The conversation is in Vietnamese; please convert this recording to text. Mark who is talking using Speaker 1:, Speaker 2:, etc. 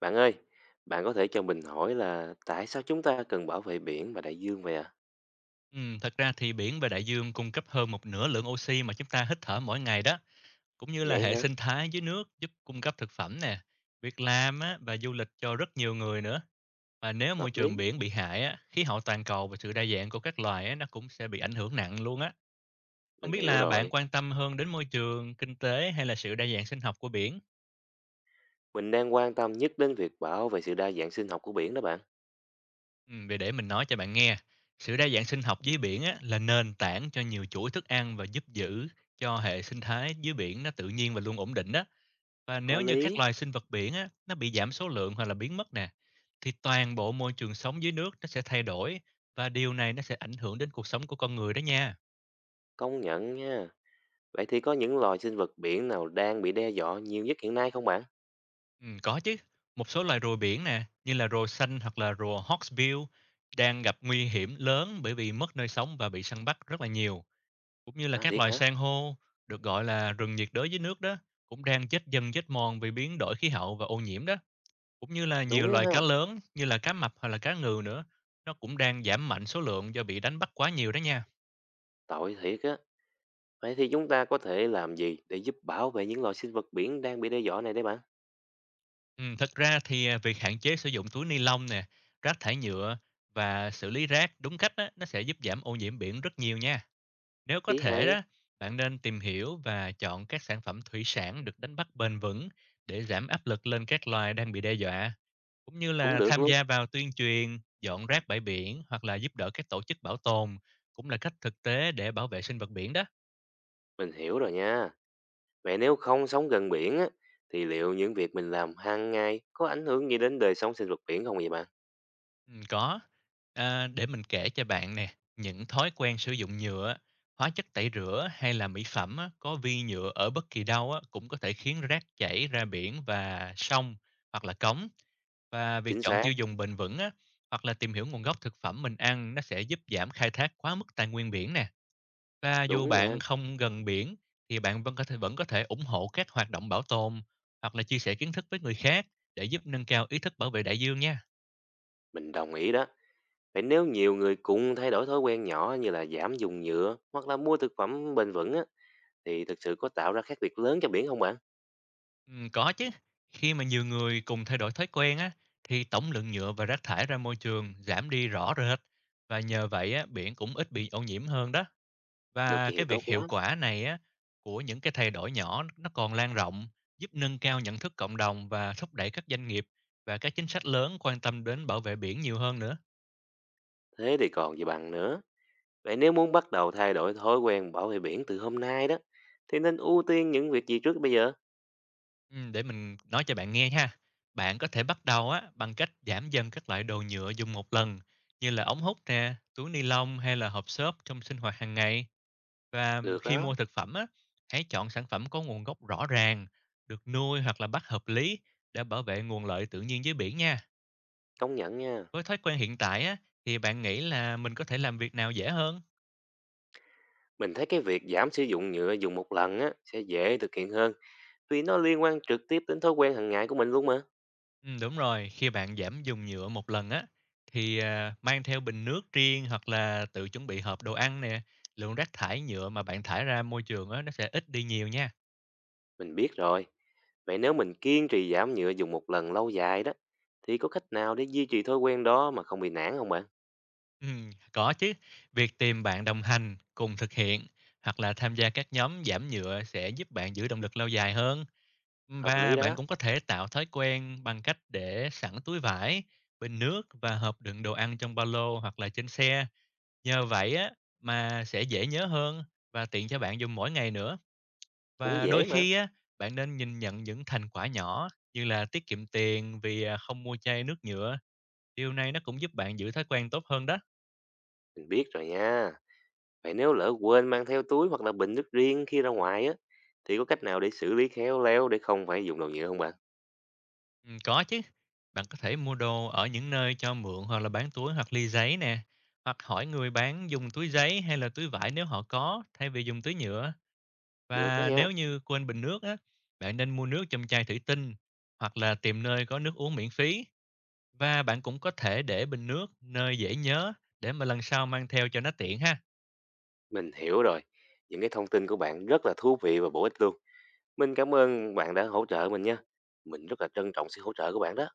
Speaker 1: Bạn ơi, bạn có thể cho mình hỏi là tại sao chúng ta cần bảo vệ biển và đại dương vậy ạ?
Speaker 2: Thật ra thì biển và đại dương cung cấp hơn một nửa lượng oxy mà chúng ta hít thở mỗi ngày đó, cũng như là
Speaker 1: Vậy
Speaker 2: hệ
Speaker 1: hả?
Speaker 2: sinh thái dưới nước giúp cung cấp thực phẩm nè, việc làm á, và du lịch cho rất nhiều người nữa. Và nếu môi
Speaker 1: Hợp lý.
Speaker 2: trường biển bị hại á, khí hậu toàn cầu và sự đa dạng của các loài á, nó cũng sẽ bị ảnh hưởng nặng luôn á. Không
Speaker 1: Mình
Speaker 2: biết
Speaker 1: hiểu
Speaker 2: là bạn
Speaker 1: rồi.
Speaker 2: quan tâm hơn đến môi trường, kinh tế hay là sự đa dạng sinh học của biển?
Speaker 1: Mình đang quan tâm nhất đến việc bảo vệ sự đa dạng sinh học của biển đó bạn.
Speaker 2: Vậy để mình nói cho bạn nghe. Sự đa dạng sinh học dưới biển á, là nền tảng cho nhiều chuỗi thức ăn và giúp giữ cho hệ sinh thái dưới biển nó tự nhiên và luôn ổn định đó. Và
Speaker 1: Có
Speaker 2: nếu như các
Speaker 1: lý,
Speaker 2: loài sinh vật biển á, nó bị giảm số lượng hoặc là biến mất nè, thì toàn bộ môi trường sống dưới nước nó sẽ thay đổi và điều này nó sẽ ảnh hưởng đến cuộc sống của con người đó nha.
Speaker 1: công nhận nha. Vậy thì có những loài sinh vật biển nào đang bị đe dọa nhiều nhất hiện nay không bạn?
Speaker 2: Ừ, có chứ, một số loài rùa biển nè, như là rùa xanh hoặc là rùa hawksbill đang gặp nguy hiểm lớn bởi vì mất nơi sống và bị săn bắt rất là nhiều. Cũng như là
Speaker 1: À
Speaker 2: các
Speaker 1: thiệt
Speaker 2: loài
Speaker 1: hả?
Speaker 2: san hô, được gọi là rừng nhiệt đới dưới nước đó, cũng đang chết dần chết mòn vì biến đổi khí hậu và ô nhiễm đó. Cũng như là nhiều
Speaker 1: Đúng
Speaker 2: loài
Speaker 1: ha,
Speaker 2: cá lớn như là cá mập hoặc là cá ngừ nữa, nó cũng đang giảm mạnh số lượng do bị đánh bắt quá nhiều đó nha.
Speaker 1: tội thiệt á. Vậy thì chúng ta có thể làm gì để giúp bảo vệ những loài sinh vật biển đang bị đe dọa này đây bạn?
Speaker 2: Ừ, thật ra thì việc hạn chế sử dụng túi ni lông nè, rác thải nhựa và xử lý rác đúng cách á, nó sẽ giúp giảm ô nhiễm biển rất nhiều nha. Nếu có
Speaker 1: Ý
Speaker 2: thể
Speaker 1: hay,
Speaker 2: đó, bạn nên tìm hiểu và chọn các sản phẩm thủy sản được đánh bắt bền vững để giảm áp lực lên các loài đang bị đe dọa, cũng như
Speaker 1: cũng
Speaker 2: là
Speaker 1: được
Speaker 2: tham
Speaker 1: luôn.
Speaker 2: gia vào tuyên truyền, dọn rác bãi biển hoặc là giúp đỡ các tổ chức bảo tồn cũng là cách thực tế để bảo vệ sinh vật biển đó.
Speaker 1: Mình hiểu rồi nha. Vậy nếu không sống gần biển á, thì liệu những việc mình làm hàng ngày có ảnh hưởng gì đến đời sống sinh vật biển không vậy bạn?
Speaker 2: Có. Để mình kể cho bạn nè, những thói quen sử dụng nhựa, hóa chất tẩy rửa hay là mỹ phẩm á, có vi nhựa ở bất kỳ đâu á, cũng có thể khiến rác chảy ra biển và sông hoặc là cống. Và việc
Speaker 1: Chính
Speaker 2: chọn
Speaker 1: xác,
Speaker 2: tiêu dùng bền vững á, hoặc là tìm hiểu nguồn gốc thực phẩm mình ăn nó sẽ giúp giảm khai thác quá mức tài nguyên biển nè. Và dù
Speaker 1: đúng nha,
Speaker 2: bạn không gần biển thì bạn vẫn có thể ủng hộ các hoạt động bảo tồn hoặc là chia sẻ kiến thức với người khác để giúp nâng cao ý thức bảo vệ đại dương nha.
Speaker 1: mình đồng ý đó. Vậy nếu nhiều người cùng thay đổi thói quen nhỏ như là giảm dùng nhựa hoặc là mua thực phẩm bền vững á, thì thực sự có tạo ra khác biệt lớn cho biển không bạn?
Speaker 2: Có chứ. Khi mà nhiều người cùng thay đổi thói quen á, thì tổng lượng nhựa và rác thải ra môi trường giảm đi rõ rệt và nhờ vậy á, biển cũng ít bị ô nhiễm hơn đó.
Speaker 1: Được
Speaker 2: Và
Speaker 1: vậy thì
Speaker 2: cái
Speaker 1: tốt
Speaker 2: việc hiệu
Speaker 1: quá,
Speaker 2: quả này á, của những cái thay đổi nhỏ nó còn lan rộng, giúp nâng cao nhận thức cộng đồng và thúc đẩy các doanh nghiệp và các chính sách lớn quan tâm đến bảo vệ biển nhiều hơn nữa.
Speaker 1: thế thì còn gì bằng nữa. Vậy nếu muốn bắt đầu thay đổi thói quen bảo vệ biển từ hôm nay đó, thì nên ưu tiên những việc gì trước bây giờ?
Speaker 2: Để mình nói cho bạn nghe ha. Bạn có thể bắt đầu á bằng cách giảm dần các loại đồ nhựa dùng một lần như là ống hút nè, túi ni lông hay là hộp xốp trong sinh hoạt hàng ngày. Và
Speaker 1: Được
Speaker 2: khi
Speaker 1: đó,
Speaker 2: mua thực phẩm á, hãy chọn sản phẩm có nguồn gốc rõ ràng, được nuôi hoặc là bắt hợp lý để bảo vệ nguồn lợi tự nhiên dưới biển nha.
Speaker 1: công nhận nha.
Speaker 2: Với thói quen hiện tại á thì bạn nghĩ là mình có thể làm việc nào dễ hơn?
Speaker 1: Mình thấy cái việc giảm sử dụng nhựa dùng một lần á sẽ dễ thực hiện hơn vì nó liên quan trực tiếp đến thói quen hàng ngày của mình luôn mà.
Speaker 2: Đúng rồi, khi bạn giảm dùng nhựa một lần á thì, mang theo bình nước riêng hoặc là tự chuẩn bị hộp đồ ăn nè, lượng rác thải nhựa mà bạn thải ra môi trường á nó sẽ ít đi nhiều nha.
Speaker 1: Mình biết rồi. Vậy nếu mình kiên trì giảm nhựa dùng một lần lâu dài đó thì có cách nào để duy trì thói quen đó mà không bị nản không bạn?
Speaker 2: Có chứ, việc tìm bạn đồng hành cùng thực hiện hoặc là tham gia các nhóm giảm nhựa sẽ giúp bạn giữ động lực lâu dài hơn.
Speaker 1: Hợp lý
Speaker 2: Và bạn
Speaker 1: đó,
Speaker 2: cũng có thể tạo thói quen bằng cách để sẵn túi vải, bình nước và hộp đựng đồ ăn trong ba lô hoặc là trên xe. Nhờ vậy á mà sẽ dễ nhớ hơn và tiện cho bạn dùng mỗi ngày nữa.
Speaker 1: cũng
Speaker 2: Và đôi
Speaker 1: dễ mà.
Speaker 2: khi á, bạn nên nhìn nhận những thành quả nhỏ như là tiết kiệm tiền vì không mua chai nước nhựa. Điều này nó cũng giúp bạn giữ thói quen tốt hơn đó.
Speaker 1: Mình biết rồi nha. Vậy nếu lỡ quên mang theo túi hoặc là bình nước riêng khi ra ngoài á thì có cách nào để xử lý khéo léo để không phải dùng đồ nhựa không bạn?
Speaker 2: Ừ, có chứ. Bạn có thể mua đồ ở những nơi cho mượn hoặc là bán túi hoặc ly giấy nè. Hoặc hỏi người bán dùng túi giấy hay là túi vải nếu họ có thay vì dùng túi nhựa.
Speaker 1: Được đó
Speaker 2: Và
Speaker 1: nha.
Speaker 2: nếu như quên bình nước á, bạn nên mua nước trong chai thủy tinh hoặc là tìm nơi có nước uống miễn phí. Và bạn cũng có thể để bình nước nơi dễ nhớ để mà lần sau mang theo cho nó tiện ha.
Speaker 1: Mình hiểu rồi. Những cái thông tin của bạn rất là thú vị và bổ ích luôn. Mình cảm ơn bạn đã hỗ trợ mình nha. Mình rất là trân trọng sự hỗ trợ của bạn đó.